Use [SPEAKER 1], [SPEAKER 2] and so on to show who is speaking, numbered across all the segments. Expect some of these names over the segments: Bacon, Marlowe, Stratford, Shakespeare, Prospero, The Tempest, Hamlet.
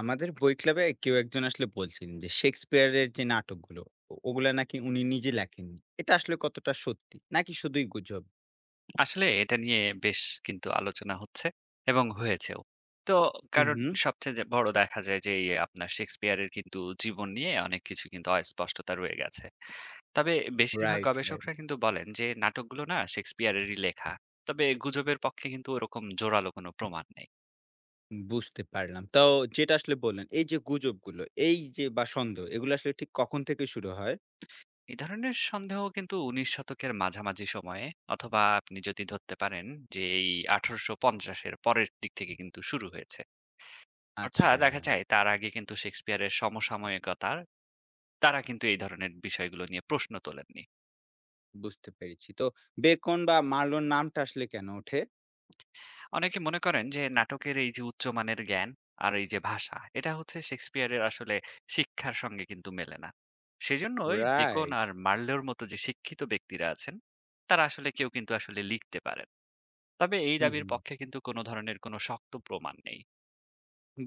[SPEAKER 1] আমাদের বই ক্লাবে কেউ একজন আসলে বলছিলেন যে শেক্সপিয়ারের যে নাটকগুলো ওগুলা নাকি উনি নিজে লেখেননি, এটা আসলে কতটা সত্যি নাকি শুধুই গুজব?
[SPEAKER 2] আসলে এটা নিয়ে বেশ কিন্তু আলোচনা হচ্ছে এবং হয়েছেও। তো
[SPEAKER 1] হুম,
[SPEAKER 2] কারণ
[SPEAKER 1] হুম।
[SPEAKER 2] সবচেয়ে যে বড় দেখা যায় যে এই আপনার শেক্সপিয়ারের কিন্তু জীবন নিয়ে অনেক কিছু কিন্তু অস্পষ্টতা রয়ে গেছে। তবে বেশিরভাগ
[SPEAKER 1] রাইট, রাইট।
[SPEAKER 2] গবেষকরা কিন্তু বলেন যে নাটকগুলো না শেক্সপিয়ারেরই লেখা। তবে গুজবের পক্ষে কিন্তু ওরকম জোরালো কোনো প্রমাণ নেই।
[SPEAKER 1] বুঝতে পারলাম। তো যেটা আসলে বললেন, এই যে গুজবগুলো, এই যে বা সন্দেহ, এগুলো আসলে ঠিক কখন থেকে শুরু হয়?
[SPEAKER 2] এই ধরনের সন্দেহ কিন্তু ১৯ শতকের মাঝামাঝি সময়ে অথবা আপনি যদি ধরতে পারেন যে এই ১৮৫০ এর পরের দিক থেকে কিন্তু শুরু হয়েছে। অর্থাৎ
[SPEAKER 1] আচ্ছা,
[SPEAKER 2] দেখা যায় তার আগে কিন্তু শেক্সপিয়ারের সমসাময়িকতার তারা কিন্তু এই ধরনের বিষয়গুলো নিয়ে প্রশ্ন তোলেননি।
[SPEAKER 1] বুঝতে পেরেছি। তো বেকন বা মার্লোর নামটা আসলে কেন ওঠে?
[SPEAKER 2] অনেকে মনে করেন যে নাটকের এই যে উচ্চমানের জ্ঞান আর এই যে ভাষা এটা হচ্ছে শেক্সপিয়ারের আসলে শিক্ষার সঙ্গে কিন্তু মেলে না। সেজন্যই বেকন
[SPEAKER 1] রাইট।
[SPEAKER 2] আর মার্লোর মতো যে শিক্ষিত ব্যক্তিরা আছেন তারা আসলে কেউ কিন্তু আসলে লিখতে পারেন। তবে এই
[SPEAKER 1] হুম,
[SPEAKER 2] দাবির
[SPEAKER 1] হুম।
[SPEAKER 2] পক্ষে কিন্তু কোনো ধরনের কোনো শক্ত প্রমাণ নেই।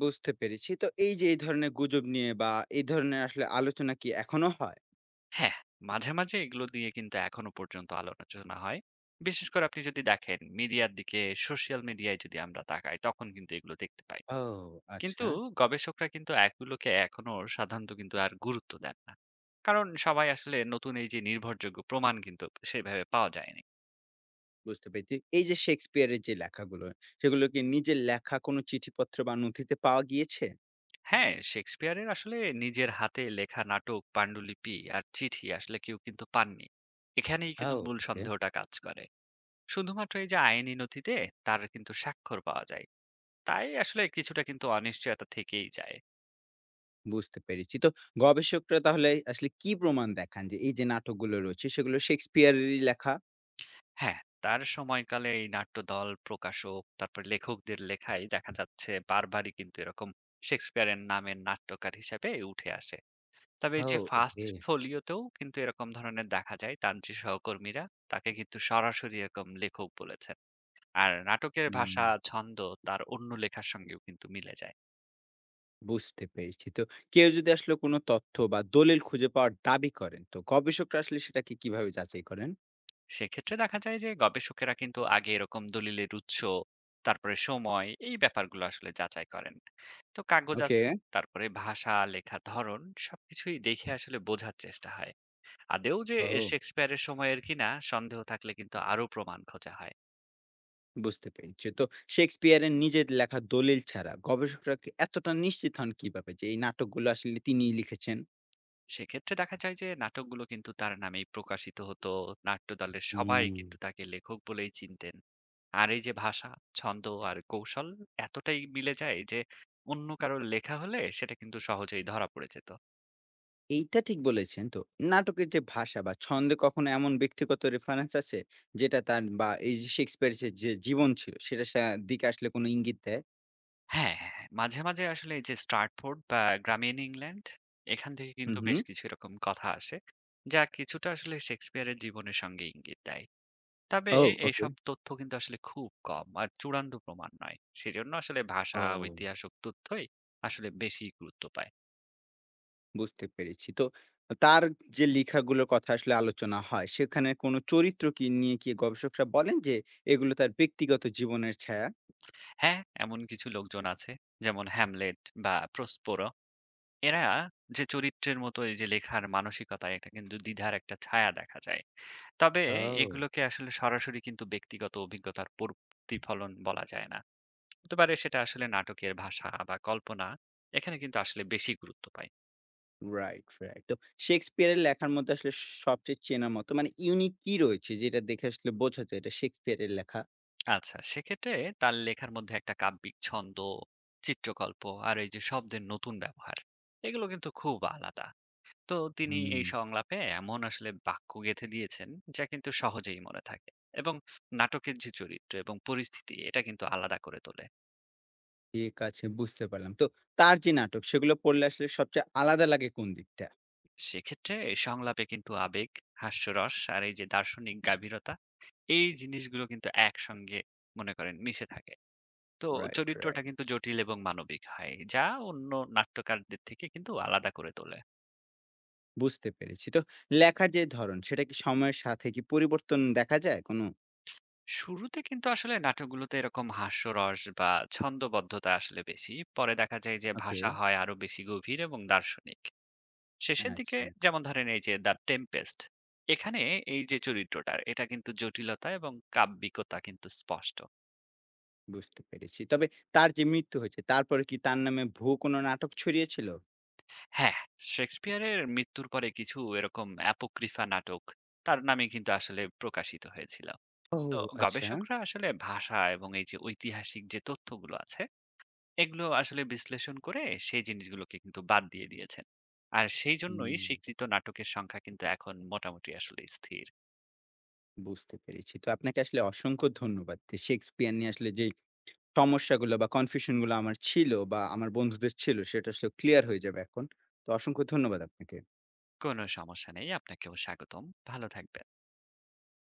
[SPEAKER 1] বুঝতে পেরেছি। তো এই যে এই ধরনের গুজব নিয়ে বা এই ধরনের আসলে আলোচনা কি এখনো হয়?
[SPEAKER 2] হ্যাঁ, মাঝে মাঝে এগুলো দিয়ে কিন্তু এখনো পর্যন্ত আলোচনা হয়। বিশেষ করে আপনি যদি দেখেন মিডিয়ার দিকে, সোশ্যাল মিডিয়ায় যদি আমরা তাকাই তখন কিন্তু এগুলো দেখতে পাই।
[SPEAKER 1] ও,
[SPEAKER 2] কিন্তু
[SPEAKER 1] আচ্ছা।
[SPEAKER 2] গবেষকরা কিন্তু এগুলোকে এখনো সাধারণত কিন্তু আর গুরুত্ব দেন না। কারণ সবাই আসলে নতুন এই যে নির্ভরযোগ্য প্রমাণ কিন্তু সেভাবে পাওয়া যায়নি।
[SPEAKER 1] বুঝতে পেরেছি। এই যে শেক্সপিয়ারের যে লেখাগুলো, সেগুলো কি নিজের লেখা কোনো চিঠিপত্র বা নথিতে পাওয়া গিয়েছে?
[SPEAKER 2] হ্যাঁ, শেক্সপিয়ারের আসলে নিজের হাতে লেখা নাটক, পান্ডুলিপি আর চিঠি আসলে কেউ কিন্তু পাননি। এখানেই কিন্তু
[SPEAKER 1] আও,
[SPEAKER 2] মূল
[SPEAKER 1] ওকে।
[SPEAKER 2] সন্দেহটা কাজ করে। শুধুমাত্র এই যে আইনি নথিতে তার কিন্তু স্বাক্ষর পাওয়া যায়। তাই আসলে কিছুটা কিন্তু অনিশ্চয়তা থেকেই যায়।
[SPEAKER 1] বুঝতে পেরেছি। তো গবেষকরা তাহলে আসলে কি প্রমাণ দেখান যে এই যে নাটকগুলো রয়েছে সেগুলো শেক্সপিয়ারেরই লেখা?
[SPEAKER 2] হ্যাঁ, তার সময়কালে এই নাট্যদল প্রকাশক তারপর লেখকদের লেখায় দেখা যাচ্ছে বারবারই কিন্তু এরকম শেক্সপিয়ারের নামের নাট্যকার হিসেবে উঠে আসে। তবে এই যে
[SPEAKER 1] আও,
[SPEAKER 2] ফার্স্ট
[SPEAKER 1] ওকে।
[SPEAKER 2] ফোলিওতেও কিন্তু এরকম ধরনের দেখা যায় তার যে সহকর্মীরা তাকে কিন্তু সরাসরি এরকম লেখক বলেছেন। আর নাটকের
[SPEAKER 1] হুম।
[SPEAKER 2] ভাষা ছন্দ তার অন্য লেখার সঙ্গেও কিন্তু মিলে যায়।
[SPEAKER 1] বুঝতে পেরেছি। তো কেউ যদি আসলে কোনো তথ্য বা দলিল খুঁজে পাওয়ার দাবি করেন, তো গবেষকরা আসলে সেটাকে কিভাবে যাচাই করেন?
[SPEAKER 2] সেক্ষেত্রে দেখা যায় যে গবেষকেরা কিন্তু আগে এরকম দলিলের উৎস তারপরে সময় এই ব্যাপারগুলো আসলে যাচাই করেন। তো কাগজ
[SPEAKER 1] ওকে।
[SPEAKER 2] আছে, তারপরে ভাষা লেখা ধরন সবকিছুই দেখে আসলে বোঝার চেষ্টা হয় আদেও যে
[SPEAKER 1] ও।
[SPEAKER 2] শেক্সপিয়ারের সময়ের কিনা। সন্দেহ থাকলে কিন্তু আরো প্রমাণ খোঁজা হয়।
[SPEAKER 1] বুঝতে পেরেছি। তো শেক্সপিয়ারের নিজের লেখা দলিল ছাড়া গবেষকরা কি এতটা নিশ্চিত হন কিভাবে যে এই নাটকগুলো আসলে তিনিই লিখেছেন?
[SPEAKER 2] সেক্ষেত্রে দেখা যায় যে নাটকগুলো কিন্তু তার নামেই প্রকাশিত হতো। নাট্যদলের সবাই
[SPEAKER 1] হুম।
[SPEAKER 2] কিন্তু তাকে লেখক বলেই চিনতেন। আর এই যে ভাষা, ছন্দ আর কৌশল এতটাই মিলে যায় যে অন্য কারোর লেখা হলে সেটা কিন্তু সহজেই ধরা পড়ে যেত।
[SPEAKER 1] এইটা ঠিক বলেছেন। তো নাটকের যে ভাষা বা ছন্দে কখনো এমন ব্যক্তিগত রেফারেন্স আছে যেটা তার বা এই যে শেক্সপিয়ারের সে যে জীবন ছিল সেটার সা দিকে আসলে কোনো ইঙ্গিত দেয়?
[SPEAKER 2] হ্যাঁ, হ্যাঁ, হ্যাঁ। মাঝে মাঝে আসলে এই যে স্ট্র্যাটফোর্ড বা গ্রামীণ ইংল্যান্ড এখান থেকে
[SPEAKER 1] হুম,
[SPEAKER 2] কিন্তু বেশ
[SPEAKER 1] হুম।
[SPEAKER 2] কিছু এরকম কথা আসে, যা কিছুটা আসলে শেক্সপিয়ারের জীবনের সঙ্গে ইঙ্গিত দেয়। তবে
[SPEAKER 1] ও। ওকে।
[SPEAKER 2] এইসব তথ্য কিন্তু আসলে খুব কম আর চূড়ান্ত প্রমাণ নয়, সেজন্য আসলে ভাষা
[SPEAKER 1] ও।
[SPEAKER 2] ঐতিহাসিক তথ্যই আসলে বেশি গুরুত্ব পায়।
[SPEAKER 1] বুঝতে পেরেছি। তো তার যে লেখাগুলোর কথা আসলে আলোচনা হয় সেখানে কোনো চরিত্র কি নিয়ে কি গবেষকরা বলেন যে এগুলো তার ব্যক্তিগত জীবনের ছায়া?
[SPEAKER 2] হ্যাঁ, এমন কিছু লোকজন আছে, যেমন হ্যামলেট বা প্রসপোর, এরা যে চরিত্রের মতো এই যে লেখার মানসিকতা এটা কিন্তু দ্বিধার একটা ছায়া দেখা যায়। তবে
[SPEAKER 1] ও!
[SPEAKER 2] এগুলোকে আসলে সরাসরি কিন্তু ব্যক্তিগত অভিজ্ঞতার প্রতিফলন বলা যায় না। হতে পারে সেটা আসলে নাটকের ভাষা বা কল্পনা এখানে কিন্তু আসলে বেশি গুরুত্ব পায়।
[SPEAKER 1] Right, right. তো শেক্সপিয়ারের লেখার মধ্যে আসলে সবচেয়ে চেনার মতো, মানে ইউনিক কি রয়েছে যেটা দেখে আসলে বোঝা যায় এটা শেক্সপিয়ারের লেখা?
[SPEAKER 2] আচ্ছা সেক্ষেত্রে তার লেখার মধ্যে একটা কাব্যিক ছন্দ, চিত্রকল্প আর এই যে শব্দের নতুন ব্যবহার, এগুলো কিন্তু খুব আলাদা। তো তিনি
[SPEAKER 1] হুম।
[SPEAKER 2] এই সংলাপে এমন আসলে বাক্য গেঁথে দিয়েছেন যা কিন্তু সহজেই মনে থাকে, এবং নাটকের যে চরিত্র এবং পরিস্থিতি এটা কিন্তু আলাদা করে তোলে।
[SPEAKER 1] ঠিক আছে, বুঝতে পারলাম। তো তার যে নাটক সেগুলো পড়লে আসলে সবচেয়ে আলাদা লাগে কোন দিকটা?
[SPEAKER 2] সেক্ষেত্রে এই সংলাপে কিন্তু আবেগ, হাস্যরস আর এই যে দার্শনিক গাভীরতা, এই জিনিসগুলো কিন্তু একসঙ্গে মনে করেন মিশে থাকে। তো
[SPEAKER 1] রাইট,
[SPEAKER 2] চরিত্রটা
[SPEAKER 1] রাইট।
[SPEAKER 2] কিন্তু জটিল এবং মানবিক হয়, যা অন্য নাট্যকারদের থেকে কিন্তু আলাদা করে তোলে।
[SPEAKER 1] বুঝতে পেরেছি। তো লেখার যে ধরন সেটা কি সময়ের সাথে কি পরিবর্তন দেখা যায় কোনো?
[SPEAKER 2] শুরুতে কিন্তু আসলে নাটকগুলোতে এরকম হাস্যরস বা ছন্দবদ্ধতা আসলে বেশি, পরে দেখা যায় যে
[SPEAKER 1] ওকে।
[SPEAKER 2] ভাষা হয় আরো বেশি গভীর এবং দার্শনিক। শেষের দিকে
[SPEAKER 1] আচ্ছা,
[SPEAKER 2] যেমন ধরেন এই যে দ্য টেম্পেস্ট, এখানে এই যে চরিত্রটার এটা কিন্তু জটিলতা এবং কাব্যিকতা কিন্তু স্পষ্ট।
[SPEAKER 1] বুঝতে পেরেছি। তবে তার যে মৃত্যু হয়েছে তারপরে কি তার নামে ভুয়ো কোনো নাটক ছড়িয়েছিল?
[SPEAKER 2] হ্যাঁ, শেক্সপিয়ারের মৃত্যুর পরে কিছু এরকম অ্যাপোক্রিফা নাটক তার নামে কিন্তু আসলে প্রকাশিত হয়েছিল।
[SPEAKER 1] ও,
[SPEAKER 2] তো
[SPEAKER 1] আচ্ছা।
[SPEAKER 2] গবেষকরা আসলে ভাষা এবং এই যে ঐতিহাসিক যে তথ্যগুলো আছে এগুলো আসলে বিশ্লেষণ করে সেই জিনিসগুলোকে কিন্তু বাদ দিয়ে দিয়েছেন। আর সেই জন্যই
[SPEAKER 1] হুম।
[SPEAKER 2] স্বীকৃত নাটকের সংখ্যা কিন্তু এখন মোটামুটি আসলে স্থির।
[SPEAKER 1] বুঝতে পেরেছি। তো আপনাকে আসলে অসংখ্য ধন্যবাদ। তো শেক্সপিয়ার নিয়ে আসলে যেই সমস্যাগুলো বা কনফিউশন গুলো আমার ছিল বা আমার বন্ধুদের ছিল সেটা আসলে ক্লিয়ার হয়ে যাবে এখন। তো অসংখ্য ধন্যবাদ আপনাকে।
[SPEAKER 2] কোনো সমস্যা নেই, আপনাকেও স্বাগতম। ভালো থাকবেন।